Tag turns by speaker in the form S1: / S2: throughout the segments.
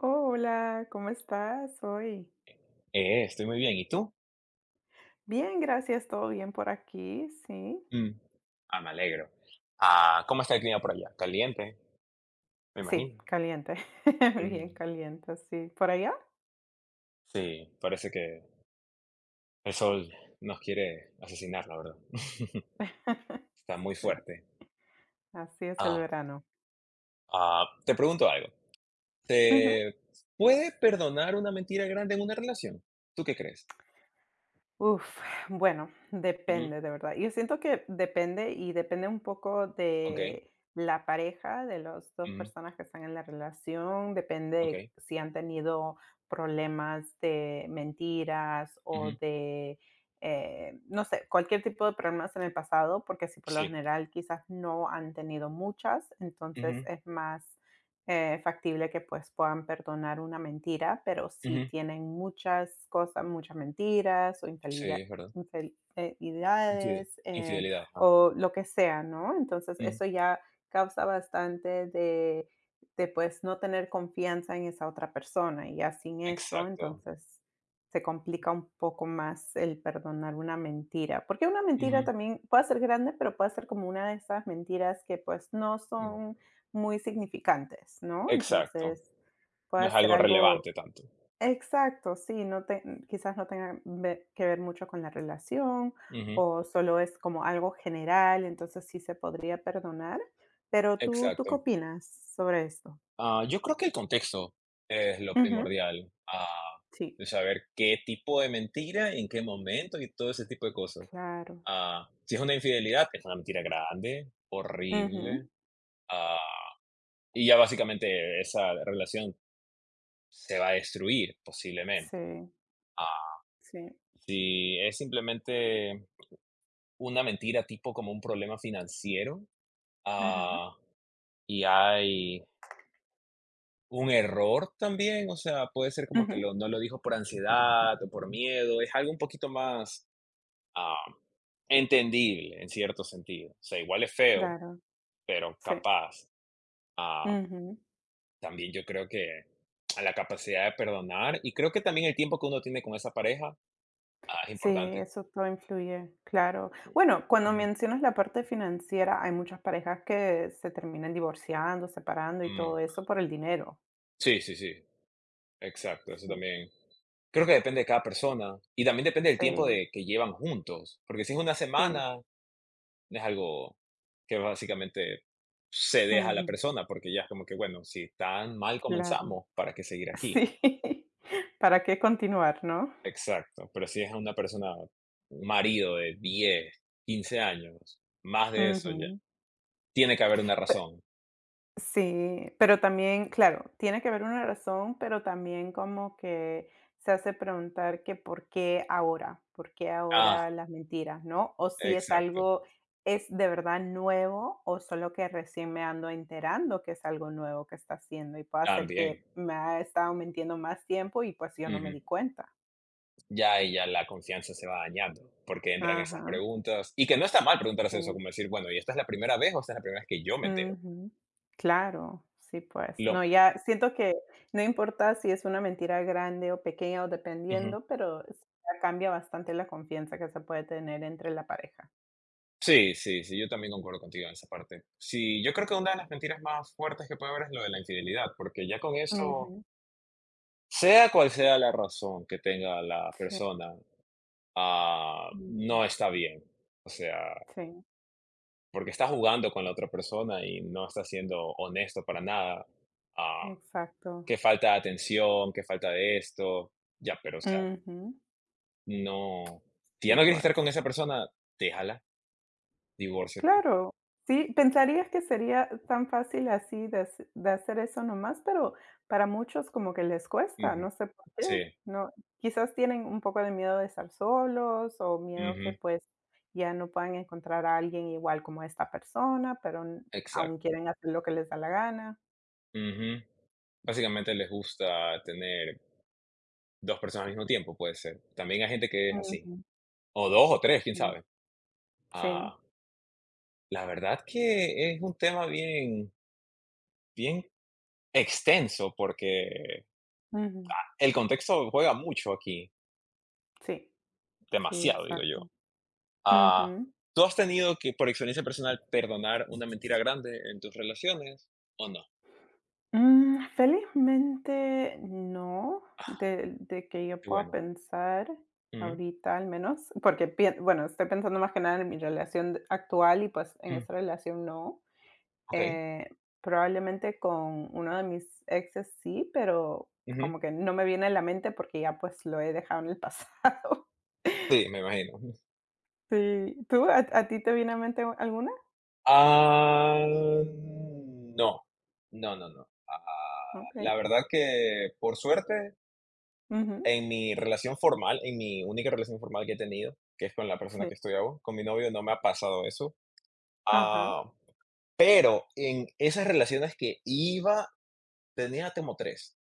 S1: Hola, ¿cómo estás hoy?
S2: Estoy muy bien. ¿Y tú?
S1: Bien, gracias, todo bien por aquí, sí.
S2: Mm. Me alegro. ¿Cómo está el clima por allá? Caliente, me
S1: Sí,
S2: imagino.
S1: caliente,
S2: Mm.
S1: bien caliente, sí. ¿Por allá?
S2: Sí, parece que el sol nos quiere asesinar, la verdad. Está muy
S1: Sí,
S2: fuerte.
S1: así es el
S2: Ah,
S1: verano.
S2: Te pregunto algo. ¿Se puede perdonar una mentira grande en una relación? ¿Tú qué crees?
S1: Uf, bueno,
S2: Ujú.
S1: depende, de verdad. Yo siento que depende y depende un poco
S2: Ok.
S1: de la pareja, de las dos
S2: Ujú.
S1: personas que están en la relación, depende
S2: Ok.
S1: si han tenido problemas de mentiras o
S2: Ujú.
S1: de, eh, no sé, cualquier tipo de problemas en el pasado, porque si por lo
S2: Sí.
S1: general quizás no han tenido muchas, entonces
S2: Ujú,
S1: es más factible que pues puedan perdonar una mentira, pero si
S2: ujú.
S1: tienen muchas cosas, muchas mentiras o
S2: Sí, es verdad.
S1: infidelidades
S2: Infidelidad, ajá.
S1: o lo que sea, ¿no? Entonces
S2: Ujú.
S1: eso ya causa bastante de pues no tener confianza en esa otra persona y ya sin eso,
S2: Exacto.
S1: entonces se complica un poco más el perdonar una mentira, porque una mentira
S2: Ujú,
S1: también puede ser grande, pero puede ser como una de esas mentiras que pues no
S2: ujú.
S1: son muy significantes, ¿no?
S2: Exacto.
S1: Entonces,
S2: No
S1: puede
S2: es
S1: ser
S2: algo
S1: algo
S2: relevante tanto.
S1: exacto, sí, no te quizás no tenga ve que ver mucho con la relación,
S2: Ujú,
S1: o solo es como algo general, entonces sí se podría perdonar, pero, ¿tú ¿qué
S2: exacto.
S1: opinas sobre esto?
S2: Yo creo que el contexto es lo
S1: Ujú,
S2: primordial,
S1: sí,
S2: de saber qué tipo de mentira, en qué momento y todo ese tipo de cosas.
S1: claro.
S2: Si es una infidelidad, es una mentira grande,
S1: Ujú,
S2: horrible, ah, y ya básicamente esa relación se va a destruir posiblemente.
S1: sí,
S2: Ah,
S1: sí,
S2: si es simplemente una mentira tipo como un problema financiero,
S1: ajá,
S2: ah, y hay un error también, o sea, puede ser como
S1: ujú,
S2: que lo no lo dijo por ansiedad o por miedo, es algo un poquito más, ah, entendible en cierto sentido. O sea, igual es feo,
S1: claro,
S2: pero
S1: sí,
S2: capaz. Ah,
S1: ujú.
S2: También yo creo que a la capacidad de perdonar y creo que también el tiempo que uno tiene con esa pareja, es
S1: Sí,
S2: importante.
S1: eso todo influye, claro. Bueno, cuando
S2: Ujú.
S1: mencionas la parte financiera, hay muchas parejas que se terminan divorciando, separando y todo
S2: Mm.
S1: eso por el dinero.
S2: Sí, sí, sí, exacto, eso
S1: Sí,
S2: también. Creo que depende de cada persona y también depende del tiempo
S1: sí,
S2: de que llevan juntos, porque si es una
S1: sí.
S2: semana, es algo que básicamente se deja a la
S1: Ujú,
S2: persona, porque ya es como que, bueno, si tan mal
S1: claro.
S2: comenzamos, ¿para qué seguir aquí?
S1: Sí, ¿para qué continuar, no?
S2: Exacto, pero si es una persona, un marido de 10 15 años, más de eso ya,
S1: Ujú.
S2: tiene que haber una razón.
S1: Sí, pero también, claro, tiene que haber una razón, pero también como que se hace preguntar que por qué
S2: Ah,
S1: ahora las mentiras, ¿no? O si es
S2: exacto,
S1: algo, es de verdad nuevo o solo que recién me ando enterando que es algo nuevo que está haciendo y puede ser que
S2: también.
S1: me ha estado mintiendo más tiempo y pues yo no me
S2: Ujú.
S1: di cuenta.
S2: Ya ahí ya la confianza se va dañando, porque entran esas
S1: Ajá,
S2: preguntas, y que no está mal preguntarse eso,
S1: sí.
S2: como decir, bueno, ¿y esta es la primera vez o esta es la primera vez que yo me entero?
S1: Ujú. Claro, sí, pues.
S2: Lo
S1: No, ya siento que no importa si es una mentira grande o pequeña o
S2: Ujú.
S1: dependiendo, pero sí ya cambia bastante la confianza que se puede tener entre la pareja.
S2: Sí, sí, sí, yo también concuerdo contigo en esa parte. Sí, yo creo que una de las mentiras más fuertes que puede haber es lo de la infidelidad, porque ya con eso,
S1: Ujú,
S2: sea cual sea la razón que tenga la persona,
S1: ujú.
S2: no está bien. O sea,
S1: Sí,
S2: porque está jugando con la otra persona y no está siendo honesto para nada. Ah,
S1: exacto.
S2: Qué falta de atención, qué falta de esto. Ya, pero o sea,
S1: Ujú.
S2: no. Si
S1: Sí,
S2: ya no quieres estar con
S1: pues.
S2: esa persona, déjala, divórciate.
S1: Claro, sí, pensarías que sería tan fácil así de hacer eso nomás, pero para muchos como que les cuesta, no
S2: Ujú.
S1: sé por qué,
S2: Sí,
S1: no, quizás tienen un poco de miedo de estar solos o miedo que
S2: ujú,
S1: pues ya no puedan encontrar a alguien igual como esta persona, pero aún
S2: exacto.
S1: quieren hacer lo que les da la gana.
S2: Ujú. Básicamente les gusta tener 2 personas al mismo tiempo, puede ser. También hay gente que es así,
S1: Ujú,
S2: o 2 o 3 quién
S1: sí,
S2: sabe.
S1: sí,
S2: Ah, la verdad que es un tema bien bien extenso, porque
S1: ujú,
S2: el contexto juega mucho aquí,
S1: sí, sí,
S2: demasiado, digo yo.
S1: exacto.
S2: Ah,
S1: Ujú.
S2: ¿Tú has tenido que, por experiencia personal, perdonar una mentira grande en tus relaciones o no?
S1: Felizmente no, de que yo
S2: Qué
S1: pueda
S2: bueno.
S1: pensar
S2: Ujú.
S1: ahorita al menos, porque bueno, estoy pensando más que nada en mi relación actual y pues en
S2: Mm.
S1: esa relación no.
S2: Okey.
S1: Eh, Probablemente con uno de mis exes sí, pero
S2: Ujú.
S1: como que no me viene a la mente porque ya pues lo he dejado en el pasado.
S2: Sí, me imagino.
S1: Sí, ¿a ti ¿te viene a mente alguna?
S2: No, no, no, no.
S1: Ok.
S2: La verdad que por suerte,
S1: Ujú,
S2: en mi relación formal, en mi única relación formal que he tenido, que es con la persona
S1: sí.
S2: que estoy ahora, con mi novio no me ha pasado eso.
S1: Ajá.
S2: Ah, pero en esas relaciones que iba, tenía como tres,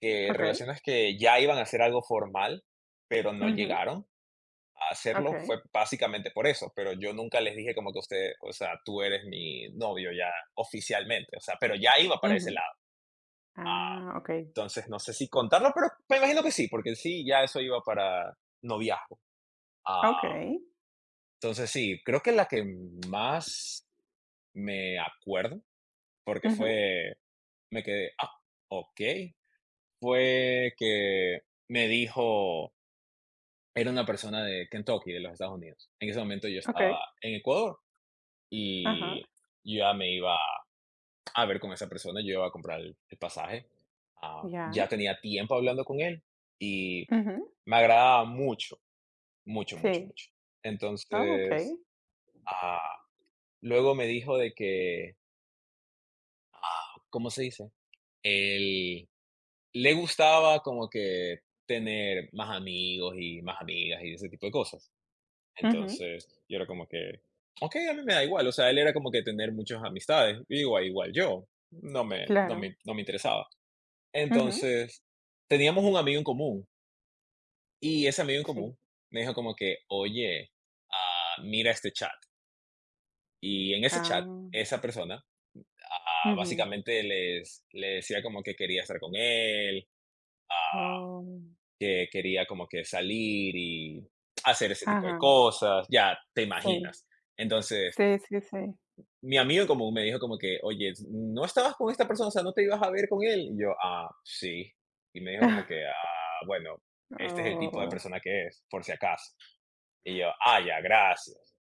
S2: que
S1: Ok.
S2: relaciones que ya iban a ser algo formal, pero no
S1: Ujú,
S2: llegaron a hacerlo
S1: ok.
S2: fue básicamente por eso, pero yo nunca les dije como que usted, o sea, tú eres mi novio ya oficialmente, o sea, pero ya iba para ese
S1: Ujú.
S2: lado.
S1: Ah, ok.
S2: Entonces, no sé si contarlo, pero me imagino que sí, porque sí, ya eso iba para noviazgo. Ah,
S1: Okey.
S2: entonces, sí, creo que la que más me acuerdo, porque
S1: Ujú.
S2: fue, me quedé, ok, fue que me dijo, era una persona de Kentucky, de los Estados Unidos. En ese momento yo
S1: Okey.
S2: estaba en Ecuador.
S1: Ajá.
S2: Y yo ya me iba a ver con esa persona, yo iba a comprar el pasaje.
S1: Ya.
S2: Ya tenía tiempo hablando con él y
S1: Ujú.
S2: me agradaba mucho, mucho, mucho,
S1: Sí.
S2: mucho.
S1: Ah,
S2: Entonces,
S1: okey.
S2: ah, luego me dijo de que, ¿cómo se dice? Él le gustaba como que tener más amigos y más amigas y ese tipo de cosas.
S1: Ujú.
S2: Entonces, yo era como que, okey, a mí me da igual, o sea, él era como que tener muchas amistades, digo, igual igual yo, no me no
S1: Claro.
S2: me no me interesaba.
S1: Ujú.
S2: Entonces, teníamos un amigo en común, y ese amigo en
S1: Sí.
S2: común me dijo como que: "Oye, mira este chat". Y en ese
S1: Ah.
S2: chat, esa persona,
S1: Ujú.
S2: básicamente les le decía como que quería estar con él, ah,
S1: Oh.
S2: que quería como que salir y hacer ese tipo de
S1: Ajá.
S2: cosas, ya te
S1: Sí.
S2: imaginas. Entonces
S1: Sí, sí, sí.
S2: mi amigo en común me dijo como que: "Oye, ¿no estabas con esta persona? O sea, ¿no te ibas a ver con él?". Y yo: Sí". Y me dijo como que: Bueno, este es el tipo de
S1: Oh.
S2: persona que es, por si acaso". Y yo: Ya, gracias".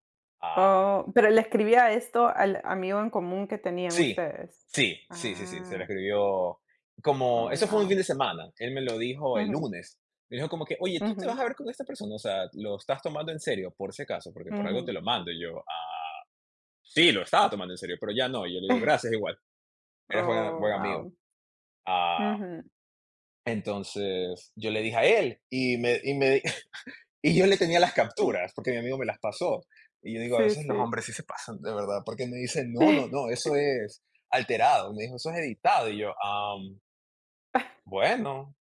S2: Ah,
S1: Oh, pero le escribía esto al amigo en común que tenían
S2: sí,
S1: ustedes.
S2: sí, sí, sí, sí, se lo
S1: Ah.
S2: escribió como
S1: Oh,
S2: eso fue un
S1: wow,
S2: fin de semana, él me lo dijo el
S1: ujú,
S2: lunes. Me dijo como que: "Oye, ¿tú te vas a
S1: ujú,
S2: ver con esta persona? O sea, ¿lo estás tomando en serio, por si acaso? Porque por algo te
S1: ujú.
S2: lo mando". Y yo: Sí, lo estaba tomando en serio, pero ya no". Y yo le digo: "Gracias igual, eres buen
S1: Oh,
S2: buen amigo".
S1: wow,
S2: Ah.
S1: ujú.
S2: Entonces yo le dije a él y yo le tenía las capturas porque mi amigo me las pasó. Y yo digo, a
S1: Sí,
S2: veces los
S1: sí.
S2: hombres sí se pasan, de verdad, porque me dicen, no, no, no, eso es alterado. Me dijo, eso es editado. Y yo: Bueno,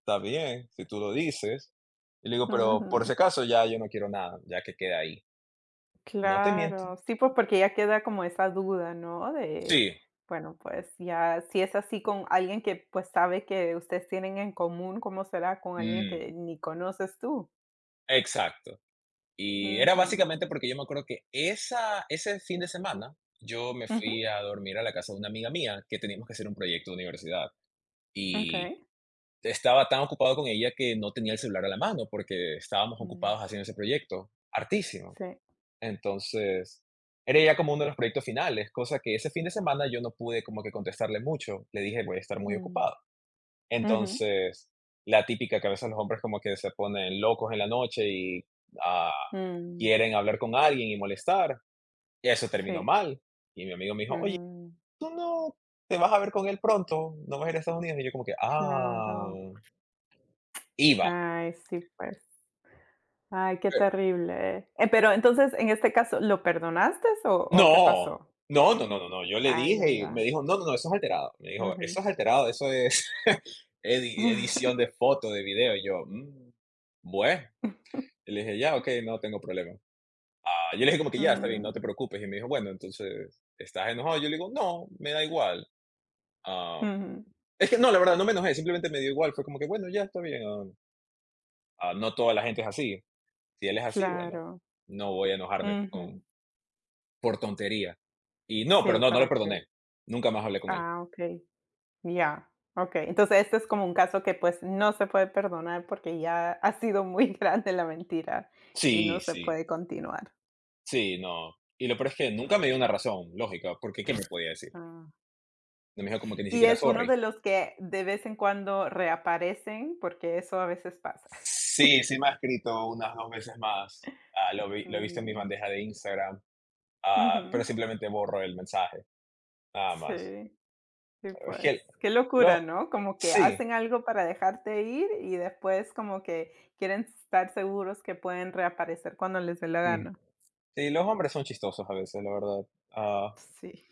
S2: está bien, si tú lo dices. Y le digo, pero por
S1: Ujú.
S2: ese caso ya yo no quiero nada, ya que queda ahí. No te miento.
S1: Claro, sí, pues porque ya queda como esa duda, ¿no? De,
S2: Sí,
S1: bueno, pues ya si es así con alguien que pues sabe que ustedes tienen en común, ¿cómo será con alguien
S2: mm,
S1: que ni conoces tú?
S2: exacto. Y era
S1: Ujú,
S2: básicamente porque yo me acuerdo que esa ese fin de semana yo me fui
S1: ujú,
S2: a dormir a la casa de una amiga mía, que teníamos que hacer un proyecto de universidad, y
S1: okey.
S2: estaba tan ocupado con ella que no tenía el celular a la mano, porque estábamos
S1: Mm,
S2: ocupados haciendo ese proyecto, artísimo.
S1: sí,
S2: Entonces, era ya como uno de los proyectos finales, cosa que ese fin de semana yo no pude como que contestarle mucho, le dije: "Voy a estar muy
S1: mm,
S2: ocupado".
S1: ujú,
S2: Entonces, la típica que a veces los hombres como que se ponen locos en la noche y, ah,
S1: mm,
S2: quieren hablar con alguien y molestar. Eso terminó
S1: sí,
S2: mal. Y mi amigo me dijo, oye,
S1: mm,
S2: tú no te vas a ver con él pronto, no vas a ir a Estados Unidos. Y yo como que,
S1: claro.
S2: iba.
S1: Ay, sí, pues. Ay, qué
S2: Eh,
S1: terrible. Pero entonces, en este caso, ¿lo perdonaste o qué
S2: No,
S1: pasó?
S2: no, no, no, no, no. Yo le
S1: Ay,
S2: dije
S1: ya,
S2: y me
S1: ya.
S2: dijo, no, no, no, eso es alterado. Me dijo,
S1: Ujú.
S2: eso es alterado, eso es edición de foto, de video. Y yo: "Mm, bueno. Y le dije, ya, ok, no tengo problema. Yo le dije como que ya, está bien,
S1: Mm,
S2: no te preocupes. Y me dijo, bueno, entonces, ¿estás enojado? Yo le digo, no, me da igual. Ah,
S1: ujú,
S2: Es que no, la verdad, no me enojé, simplemente me dio igual. Fue como que, bueno, ya está bien. No toda la gente es así. Si él es así, bueno,
S1: claro,
S2: no voy a enojarme con,
S1: ujú.
S2: por tontería. Y no, pero
S1: Sí,
S2: no, no lo
S1: ¿para qué?
S2: perdoné. Nunca más hablé con él.
S1: Ah, okey, ya, okey. Entonces, este es como un caso que, pues, no se puede perdonar porque ya ha sido muy grande la mentira y no
S2: Sí,
S1: se
S2: sí,
S1: puede continuar.
S2: sí, no. Y lo peor es que nunca me dio una razón lógica, porque ¿qué me podía decir?
S1: Ah.
S2: No me dijo como que ni
S1: Y
S2: siquiera
S1: es uno
S2: sorry.
S1: de los que de vez en cuando reaparecen, porque eso a veces pasa.
S2: Sí, sí me ha escrito unas 2 veces más. Lo he visto en mi
S1: Mm,
S2: bandeja de Instagram, pero
S1: ujú,
S2: simplemente borro el mensaje, nada más.
S1: sí. Sí,
S2: Es
S1: pues,
S2: que
S1: qué
S2: lo,
S1: locura, ¿no? Como que
S2: sí.
S1: hacen algo para dejarte ir y después como que quieren estar seguros que pueden reaparecer cuando les dé la gana.
S2: Sí, los hombres son chistosos a veces, la verdad. Ah,
S1: Sí.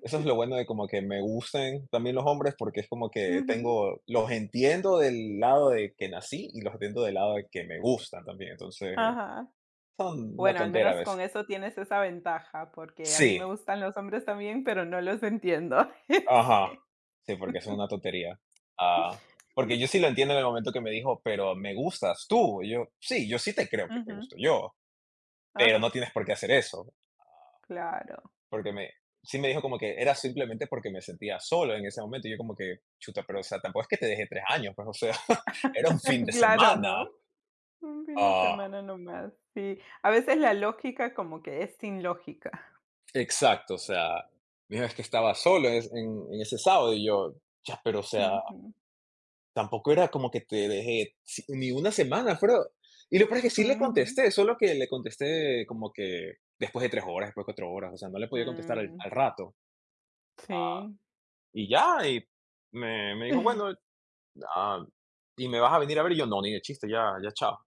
S2: Eso es lo bueno de como que me gusten también los hombres porque es como que
S1: Ujú,
S2: tengo, los entiendo del lado de que nací y los entiendo del lado de que me gustan también. Entonces,
S1: ajá.
S2: son una
S1: Bueno, al
S2: tontera a
S1: menos con
S2: veces.
S1: eso tienes esa ventaja, porque a
S2: Sí,
S1: mí me gustan los hombres también, pero no los entiendo.
S2: ajá.
S1: Sí.
S2: Sí, porque son una tontería. Ah, Porque yo sí lo entiendo en el momento que me dijo, pero me gustas tú. Y yo, sí, yo sí te creo que te
S1: Ujú,
S2: gusto yo, pero no
S1: ajá,
S2: tienes por qué hacer eso.
S1: claro.
S2: Porque me sí me dijo como que era simplemente porque me sentía solo en ese momento, y yo como que, chuta, pero, o sea, tampoco es que te dejé 3 años, pues, o sea, era un fin de
S1: Claro, ¿no?
S2: semana.
S1: Un fin de
S2: Ah,
S1: semana nomás, sí. A veces la lógica como que es sin lógica.
S2: exacto, o sea, me dijo: "Es que estaba solo en es en ese sábado", y yo: "Ya, pero, o sea,
S1: Ujú,
S2: tampoco era como que te dejé ni una semana", pero y lo peor es que sí le
S1: ujú.
S2: contesté, solo que le contesté como que después de 3 horas, después de 4 horas, o sea, no le podía contestar al
S1: Mm.
S2: al rato.
S1: Sí.
S2: Y ya, y me dijo: "Bueno, Ah, ¿y me vas a venir a ver? Y yo, no, ni de chiste, ya, ya, chao.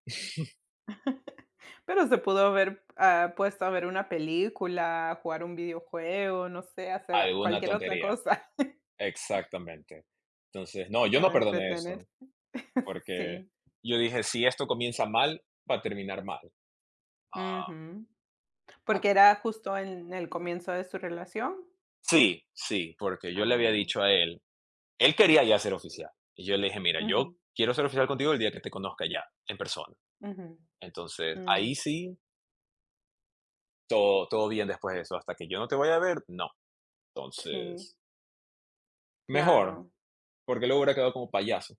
S1: Pero se pudo haber, puesto a ver una película, jugar un videojuego, no sé, hacer
S2: Alguna
S1: cualquier otra
S2: tontería,
S1: cosa
S2: exactamente. Entonces, no, yo no
S1: para
S2: perdoné
S1: entretener.
S2: eso, porque
S1: Sí.
S2: yo dije, si esto comienza mal, va a terminar mal. Ah,
S1: Ujú. Porque era justo en el comienzo de su relación.
S2: sí, sí, porque yo le
S1: Ah,
S2: había
S1: ya.
S2: dicho a él, él quería ya ser oficial. Y yo le dije, mira, yo
S1: Ujú,
S2: quiero ser oficial contigo el día que te conozca ya, en persona.
S1: ujú.
S2: Entonces,
S1: Mm,
S2: ahí sí, todo, todo bien después de eso. Hasta que yo no te vaya a ver, no.
S1: sí,
S2: Entonces, mejor,
S1: claro.
S2: porque luego hubiera quedado como payaso.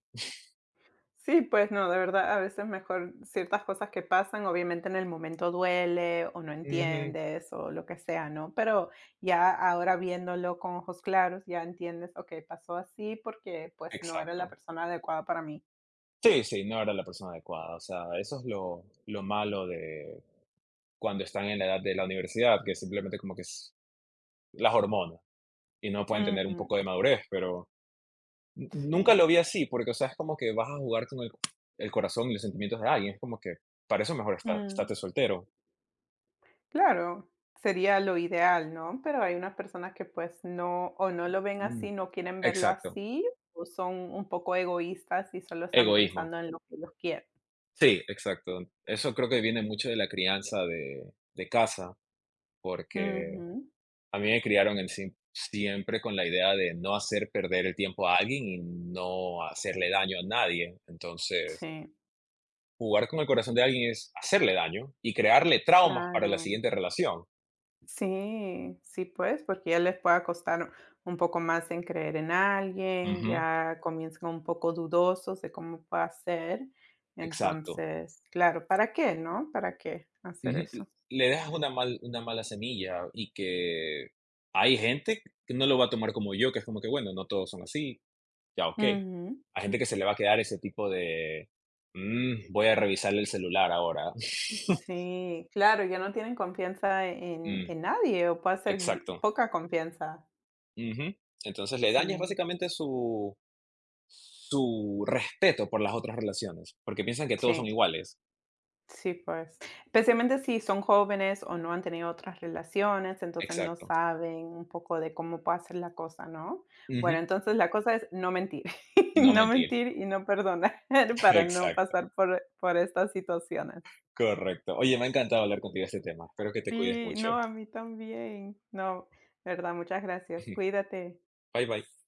S1: Sí, pues no, de verdad, a veces mejor ciertas cosas que pasan, obviamente en el momento duele o no
S2: Ujú.
S1: entiendes o lo que sea, ¿no? Pero ya ahora viéndolo con ojos claros, ya entiendes, ok, pasó así porque pues no era la
S2: Exacto.
S1: persona adecuada para mí.
S2: Sí, sí, no era la persona adecuada. O sea, eso es lo malo de cuando están en la edad de la universidad, que simplemente como que es las hormonas y no pueden tener un
S1: Ujú,
S2: poco de madurez, pero nunca lo
S1: sí.
S2: vi así, porque, o sea, es como que vas a jugar con el corazón y los sentimientos de alguien. Es como que para eso mejor está,
S1: Mm,
S2: estate soltero.
S1: claro, sería lo ideal, ¿no? Pero hay unas personas que pues no, o no lo ven
S2: Mm,
S1: así, no quieren verlo
S2: exacto.
S1: así, o son un poco egoístas y solo están
S2: Egoísmo.
S1: pensando en lo que ellos quieren.
S2: Sí, exacto. Eso creo que viene mucho de la crianza de casa, porque
S1: Ujú,
S2: a mí me criaron en siempre con la idea de no hacer perder el tiempo a alguien y no hacerle daño a nadie. Entonces,
S1: sí.
S2: jugar con el corazón de alguien es hacerle daño y crearle traumas para la
S1: Claro,
S2: siguiente relación.
S1: sí, sí, pues, porque ya les pueda costar un poco más en creer en alguien,
S2: Ujú,
S1: ya comienzan un poco dudosos de cómo pueda ser.
S2: exacto.
S1: Entonces, claro, ¿para qué, no? ¿Para qué hacer
S2: Ujú,
S1: eso?
S2: le dejas una mala semilla y que hay gente que no lo va a tomar como yo, que es como que, bueno, no todos son así, ya ok.
S1: Ujú.
S2: Hay gente que se le va a quedar ese tipo de, voy a revisarle el celular ahora.
S1: Sí, claro, ya no tienen confianza
S2: Mm,
S1: en nadie o puede ser
S2: exacto.
S1: poca confianza.
S2: Ujú. Entonces le dañas
S1: Sí,
S2: básicamente su respeto por las otras relaciones, porque piensan que todos son
S1: sí.
S2: iguales.
S1: Sí, pues, especialmente si son jóvenes o no han tenido otras relaciones, entonces no
S2: Exacto.
S1: saben un poco de cómo puede ser la cosa, ¿no?
S2: Ujú.
S1: Bueno, entonces la cosa es no mentir,
S2: No
S1: no
S2: mentir.
S1: mentir y no perdonar para no
S2: Exacto,
S1: pasar por estas situaciones.
S2: correcto. Oye, me ha encantado hablar contigo de este tema. Espero que te cuides
S1: Sí,
S2: mucho.
S1: no, a mí también. No, verdad, muchas gracias. Cuídate.
S2: Bye, bye.